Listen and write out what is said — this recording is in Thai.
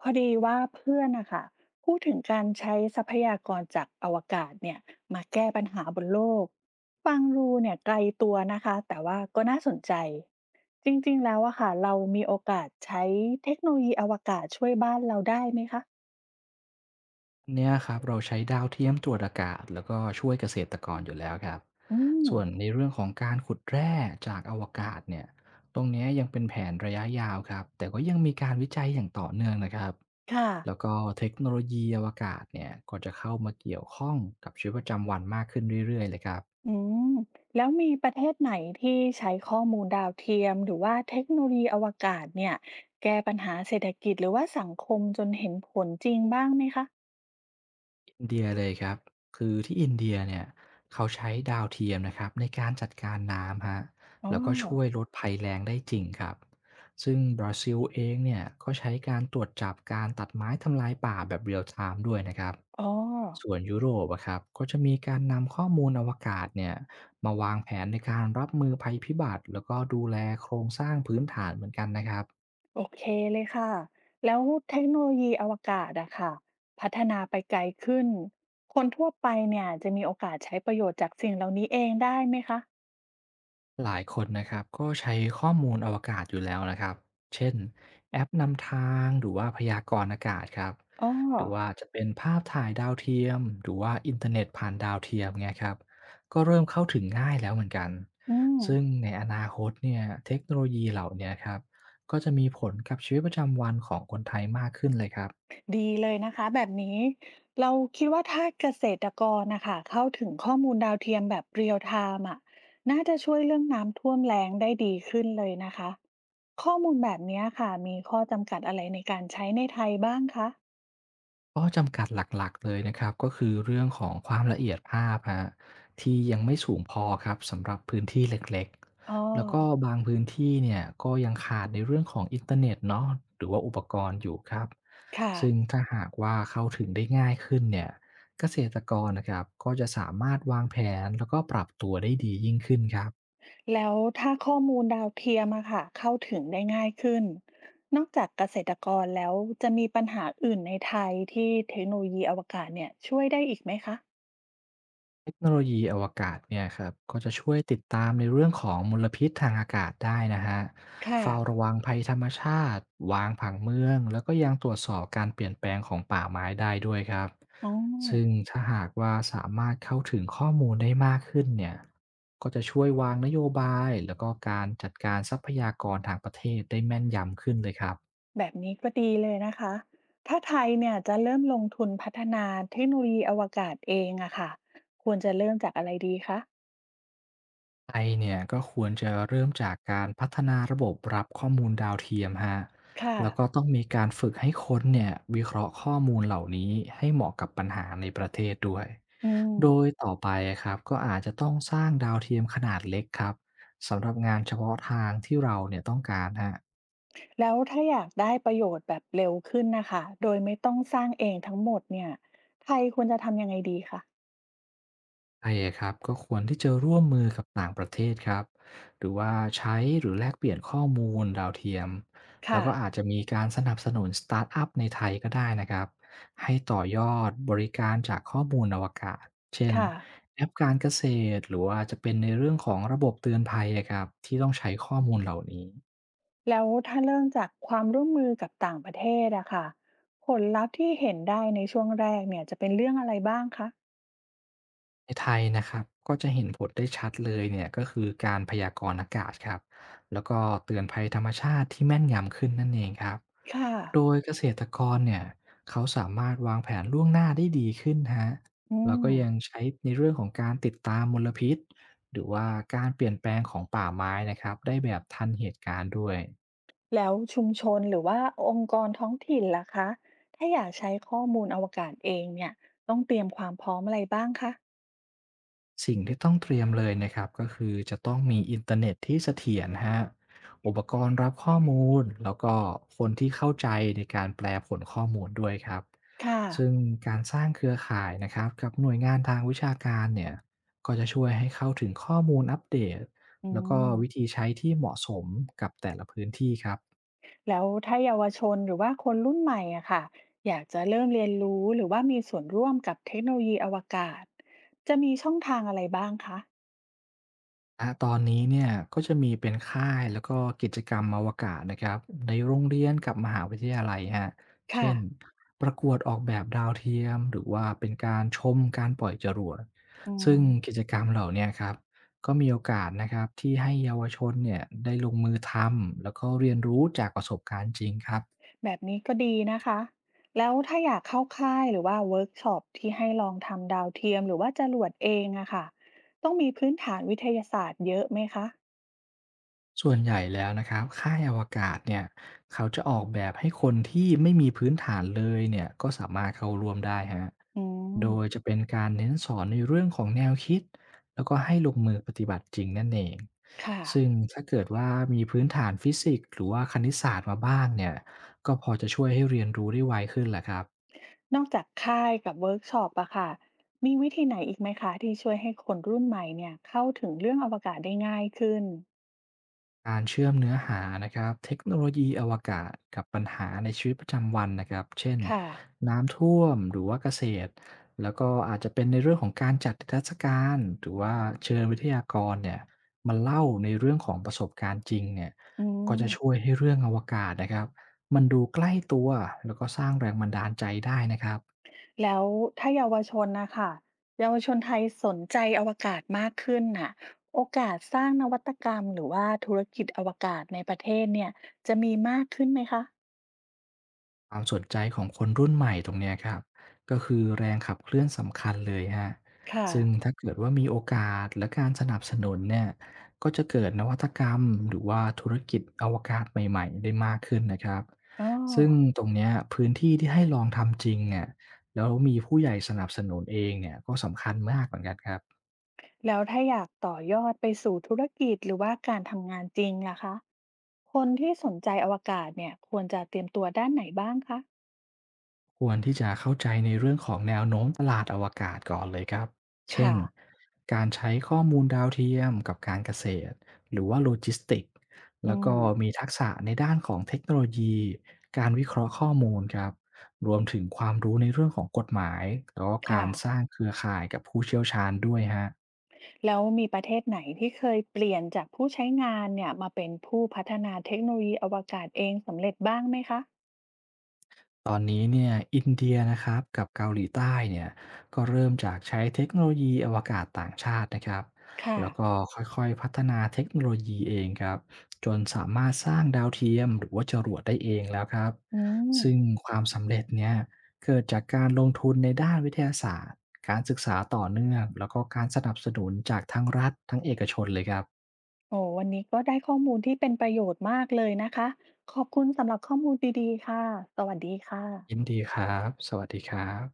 พอดีว่าเพื่อนนะคะพูดถึงการใช้ทรัพยากรจากอวกาศเนี่ยมาแก้ปัญหาบนโลกฟังรูเนี่ยไกลตัวนะคะแต่ว่าก็น่าสนใจจริงๆแล้วอะค่ะเรามีโอกาสใช้เทคโนโลยีอวกาศช่วยบ้านเราได้ไหมคะอันเนี้ยครับเราใช้ดาวเทียมตรวจอากาศแล้วก็ช่วยเกษตรกรอยู่แล้วครับอืมส่วนในเรื่องของการขุดแร่จากอวกาศเนี่ยตรงเนี้ยยังเป็นแผนระยะยาวครับแต่ก็ยังมีการวิจัยอย่างต่อเนื่องนะครับค่ะแล้วก็เทคโนโลยีอวกาศเนี่ยก็จะเข้ามาเกี่ยวข้องกับชีวิตประจำวันมากขึ้นเรื่อยๆเลยครับ อืมแล้วมีประเทศไหนที่ใช้ข้อมูลดาวเทียมหรือว่าเทคโนโลยีอวกาศเนี่ยแก้ปัญหาเศรษฐกิจหรือว่าสังคมจนเห็นผลจริงบ้างไหมคะอินเดียเลยครับคือที่อินเดียเนี่ยเขาใช้ดาวเทียมนะครับในการจัดการน้ำฮะอ๋อแล้วก็ช่วยลดภัยแล้งได้จริงครับซึ่งบราซิลเองเนี่ยก็ใช้การตรวจจับการตัดไม้ทำลายป่าแบบเรียลไทม์ด้วยนะครับอ๋อ ส่วนยุโรปอะครับก็จะมีการนำข้อมูลอวกาศเนี่ยมาวางแผนในการรับมือภัยพิบัติแล้วก็ดูแลโครงสร้างพื้นฐานเหมือนกันนะครับ โอเคเลยค่ะ แล้วเทคโนโลยีอวกาศอะค่ะพัฒนาไปไกลขึ้น คนทั่วไปเนี่ยจะมีโอกาสใช้ประโยชน์จากสิ่งเหล่านี้เองได้ไหมคะหลายคนนะครับก็ใช้ข้อมูลอวกาศอยู่แล้วนะครับเช่นแอปนำทางหรือว่าพยากรณ์อากาศครับอ๋อหรือว่าจะเป็นภาพถ่ายดาวเทียมหรือว่าอินเทอร์เน็ตผ่านดาวเทียมเนี่ยครับก็เริ่มเข้าถึงง่ายแล้วเหมือนกันอืมซึ่งในอนาคตเนี่ยเทคโนโลยีเหล่าเนี้ครับก็จะมีผลกับชีวิตประจำวันของคนไทยมากขึ้นเลยครับ ดีเลยนะคะแบบนี้เราคิดว่าถ้าเกษตรกรนะคะเข้าถึงข้อมูลดาวเทียมแบบเรียลไทม์อะน่าจะช่วยเรื่องน้ำท่วมแล้งได้ดีขึ้นเลยนะคะข้อมูลแบบเนี้ยค่ะมีข้อจำกัดอะไรในการใช้ในไทยบ้างคะข้อจำกัดหลักๆเลยนะครับก็คือเรื่องของความละเอียดภาพฮะที่ยังไม่สูงพอครับสำหรับพื้นที่เล็กอ๋อๆแล้วก็บางพื้นที่เนี่ยก็ยังขาดในเรื่องของอินเทอร์เน็ตเนาะหรือว่าอุปกรณ์อยู่ครับค่ะ ซึ่งถ้าหากว่าเข้าถึงได้ง่ายขึ้นเนี่ยเกษตรกรนะครับก็จะสามารถวางแผนแล้วก็ปรับตัวได้ดียิ่งขึ้นครับ แล้วถ้าข้อมูลดาวเทียมอะค่ะเข้าถึงได้ง่ายขึ้นนอกจากเกษตรกรแล้วจะมีปัญหาอื่นในไทยที่เทคโนโลยีอวกาศเนี่ยช่วยได้อีกไหมคะ เทคโนโลยีอวกาศเนี่ยครับก็จะช่วยติดตามในเรื่องของมลพิษทางอากาศได้นะฮะค่ะเฝ้าระวังภัยธรรมชาติวางผังเมืองแล้วก็ยังตรวจสอบการเปลี่ยนแปลงของป่าไม้ได้ด้วยครับอ๋อซึ่งถ้าหากว่าสามารถเข้าถึงข้อมูลได้มากขึ้นเนี่ยก็จะช่วยวางนโยบายแล้วก็การจัดการทรัพยากรทางประเทศได้แม่นยำขึ้นเลยครับ แบบนี้ก็ดีเลยนะคะถ้าไทยเนี่ยจะเริ่มลงทุนพัฒนาเทคโนโลยีอวกาศเองอะค่ะควรจะเริ่มจากอะไรดีคะ ไทยเนี่ยก็ควรจะเริ่มจากการพัฒนาระบบรับข้อมูลดาวเทียมฮะค่ะ แล้วก็ต้องมีการฝึกให้คนเนี่ยวิเคราะห์ข้อมูลเหล่านี้ให้เหมาะกับปัญหาในประเทศด้วยอืม โดยต่อไปครับก็อาจจะต้องสร้างดาวเทียมขนาดเล็กครับสำหรับงานเฉพาะทางที่เราเนี่ยต้องการฮะ แล้วถ้าอยากได้ประโยชน์แบบเร็วขึ้นนะคะโดยไม่ต้องสร้างเองทั้งหมดเนี่ยไทยควรจะทำยังไงดีคะไทยอะครับก็ควรที่จะร่วมมือกับต่างประเทศครับหรือว่าใช้หรือแลกเปลี่ยนข้อมูลดาวเทียมแล้วค่ะ ก็อาจจะมีการสนับสนุนสตาร์ทอัพในไทยก็ได้นะครับให้ต่อยอดบริการจากข้อมูลอวกาศเช่นค่ะแอปการเกษตรหรือว่าจะเป็นในเรื่องของระบบเตือนภัยอะครับที่ต้องใช้ข้อมูลเหล่านี้แล้วถ้าเริ่มจากความร่วมมือกับต่างประเทศอะค่ะผลลัพธ์ที่เห็นได้ในช่วงแรกเนี่ยจะเป็นเรื่องอะไรบ้างคะในไทยนะครับก็จะเห็นผลได้ชัดเลยเนี่ยก็คือการพยากรณ์อากาศครับแล้วก็เตือนภัยธรรมชาติที่แม่นยำขึ้นนั่นเองครับ ค่ะโดยเกษตรกรเนี่ยเขาสามารถวางแผนล่วงหน้าได้ดีขึ้นฮะ อืแล้วมก็ยังใช้ในเรื่องของการติดตามมลพิษหรือว่าการเปลี่ยนแปลงของป่าไม้นะครับได้แบบทันเหตุการณ์ด้วย แล้วชุมชนหรือว่าองค์กรท้องถิ่นล่ะคะถ้าอยากใช้ข้อมูลอวกาศเองเนี่ยต้องเตรียมความพร้อมอะไรบ้างคะสิ่งที่ต้องเตรียมเลยนะครับก็คือจะต้องมีอินเทอร์เน็ตที่เสถียรฮะบอุปกรณ์รับข้อมูลแล้วก็คนที่เข้าใจในการแปลผลข้อมูลด้วยครับค่ะซึ่งการสร้างเครือข่ายนะครับกับหน่วยงานทางวิชาการเนี่ยก็จะช่วยให้เข้าถึงข้อมูลอัปเดตอืแล้วก็วิมธีใช้ที่เหมาะสมกับแต่ละพื้นที่ครับ แล้วถ้าเยาวชนหรือว่าคนรุ่นใหม่อะค่ะอยากจะเริ่มเรียนรู้หรือว่ามีส่วนร่วมกับเทคโนโลยีอวกาศจะมีช่องทางอะไรบ้างคะอาตอนนี้เนี่ยก็จะมีเป็นค่ายแล้วก็กิจกรรมอวกาศนะครับในโรงเรียนกับมหาวิทยาลัยฮรค่ะ เช่นประกวดออกแบบดาวเทียมหรือว่าเป็นการชมการปล่อยจรวดอืซึ่งมกิจกรรมเหล่าเนี้ครับก็มีโอกาสนะครับที่ให้เยาวชนเนี่ยได้ลงมือทำแล้วก็เรียนรู้จากประสบการณ์จริงครับ แบบนี้ก็ดีนะคะ แล้วถ้าอยากเข้าค่ายหรือว่าเวิร์กช็อปที่ให้ลองทำดาวเทียมหรือว่าจรวดเองอะค่ะต้องมีพื้นฐานวิทยาศาสตร์เยอะไหมคะส่วนใหญ่แล้วนะครับค่ายอวกาศเนี่ยเขาจะออกแบบให้คนที่ไม่มีพื้นฐานเลยเนี่ยก็สามารถเข้าร่วมได้ฮะอืมโดยจะเป็นการเน้นสอนในเรื่องของแนวคิดแล้วก็ให้ลงมือปฏิบัติจริงนั่นเองค่ะซึ่งถ้าเกิดว่ามีพื้นฐานฟิสิกส์หรือว่าคณิตศาสตร์มาบ้างเนี่ยก็พอจะช่วยให้เรียนรู้ได้ไวขึ้นแหละครับ นอกจากค่ายกับเวิร์กช็อปอะค่ะมีวิธีไหนอีกไหมคะที่ช่วยให้คนรุ่นใหม่เนี่ยเข้าถึงเรื่องอวกาศได้ง่ายขึ้นการเชื่อมเนื้อหานะครับเทคโนโลยีอวกาศกับปัญหาในชีวิตประจำวันนะครับเช่นค่ะน้ำท่วมหรือว่าเกษตรแล้วก็อาจจะเป็นในเรื่องของการจัดนิทรรศการหรือว่าเชิญวิทยากรเนี่ยมาเล่าในเรื่องของประสบการณ์จริงเนี่ยอืก็ม จะช่วยให้เรื่องอวกาศนะครับมันดูใกล้ตัวแล้วก็สร้างแรงบันดาลใจได้นะครับ แล้วถ้าเยาวชนนะคะเยาวชนไทยสนใจอวกาศมากขึ้นน่ะโอกาสสร้างนวัตกรรมหรือว่าธุรกิจอวกาศในประเทศเนี่ยจะมีมากขึ้นไหมคะความสนใจของคนรุ่นใหม่ตรงเนี้ยครับก็คือแรงขับเคลื่อนสำคัญเลยฮะค่ะซึ่งถ้าเกิดว่ามีโอกาสและการสนับสนุนเนี่ยก็จะเกิดนวัตกรรมหรือว่าธุรกิจอวกาศใหม่ๆได้มากขึ้นนะครับอ๋อซึ่งตรงเนี้ยพื้นที่ที่ให้ลองทำจริงเนี่ยแล้วมีผู้ใหญ่สนับสนุนเองเนี่ยก็สำคัญมากเหมือนกันครับ แล้วถ้าอยากต่อยอดไปสู่ธุรกิจหรือว่าการทำงานจริงล่ะคะคนที่สนใจอวกาศเนี่ยควรจะเตรียมตัวด้านไหนบ้างคะควรที่จะเข้าใจในเรื่องของแนวโน้มตลาดอวกาศก่อนเลยครับ เช่น ค่ะการใช้ข้อมูลดาวเทียมกับการเกษตรหรือว่าโลจิสติกอืแล้วก็มมีทักษะในด้านของเทคโนโลยีการวิเคราะห์ข้อมูลครับ รวมถึงความรู้ในเรื่องของกฎหมายแล้วก็กาค่ะ รสร้างเครือข่ายกับผู้เชี่ยวชาญด้วยฮะ แล้วมีประเทศไหนที่เคยเปลี่ยนจากผู้ใช้งานเนี่ยมาเป็นผู้พัฒนาเทคโนโลยีอวกาศเองสำเร็จบ้างไหมคะ ตอนนี้เนี่ยอินเดียนะครับกับเกาหลีใต้เนี่ยก็เริ่มจากใช้เทคโนโลยีอวกาศต่างชาตินะครับค่ะ แล้วก็ค่อยๆพัฒนาเทคโนโลยีเองครับจนสามารถสร้างดาวเทียมหรือว่าจรวดได้เองแล้วครับอืซึ่งมความสำเร็จเนี่ยเกิดจากการลงทุนในด้านวิทยาศาสตร์การศึกษาต่อเนื่องแล้วก็การสนับสนุนจากทั้งรัฐทั้งเอกชนเลยครับโอ้โฮวันนี้ก็ได้ข้อมูลที่เป็นประโยชน์มากเลยนะคะ ขอบคุณสำหรับข้อมูลดีๆ ค่ะ สวัสดีค่ะยินดีครับสวัสดีครับ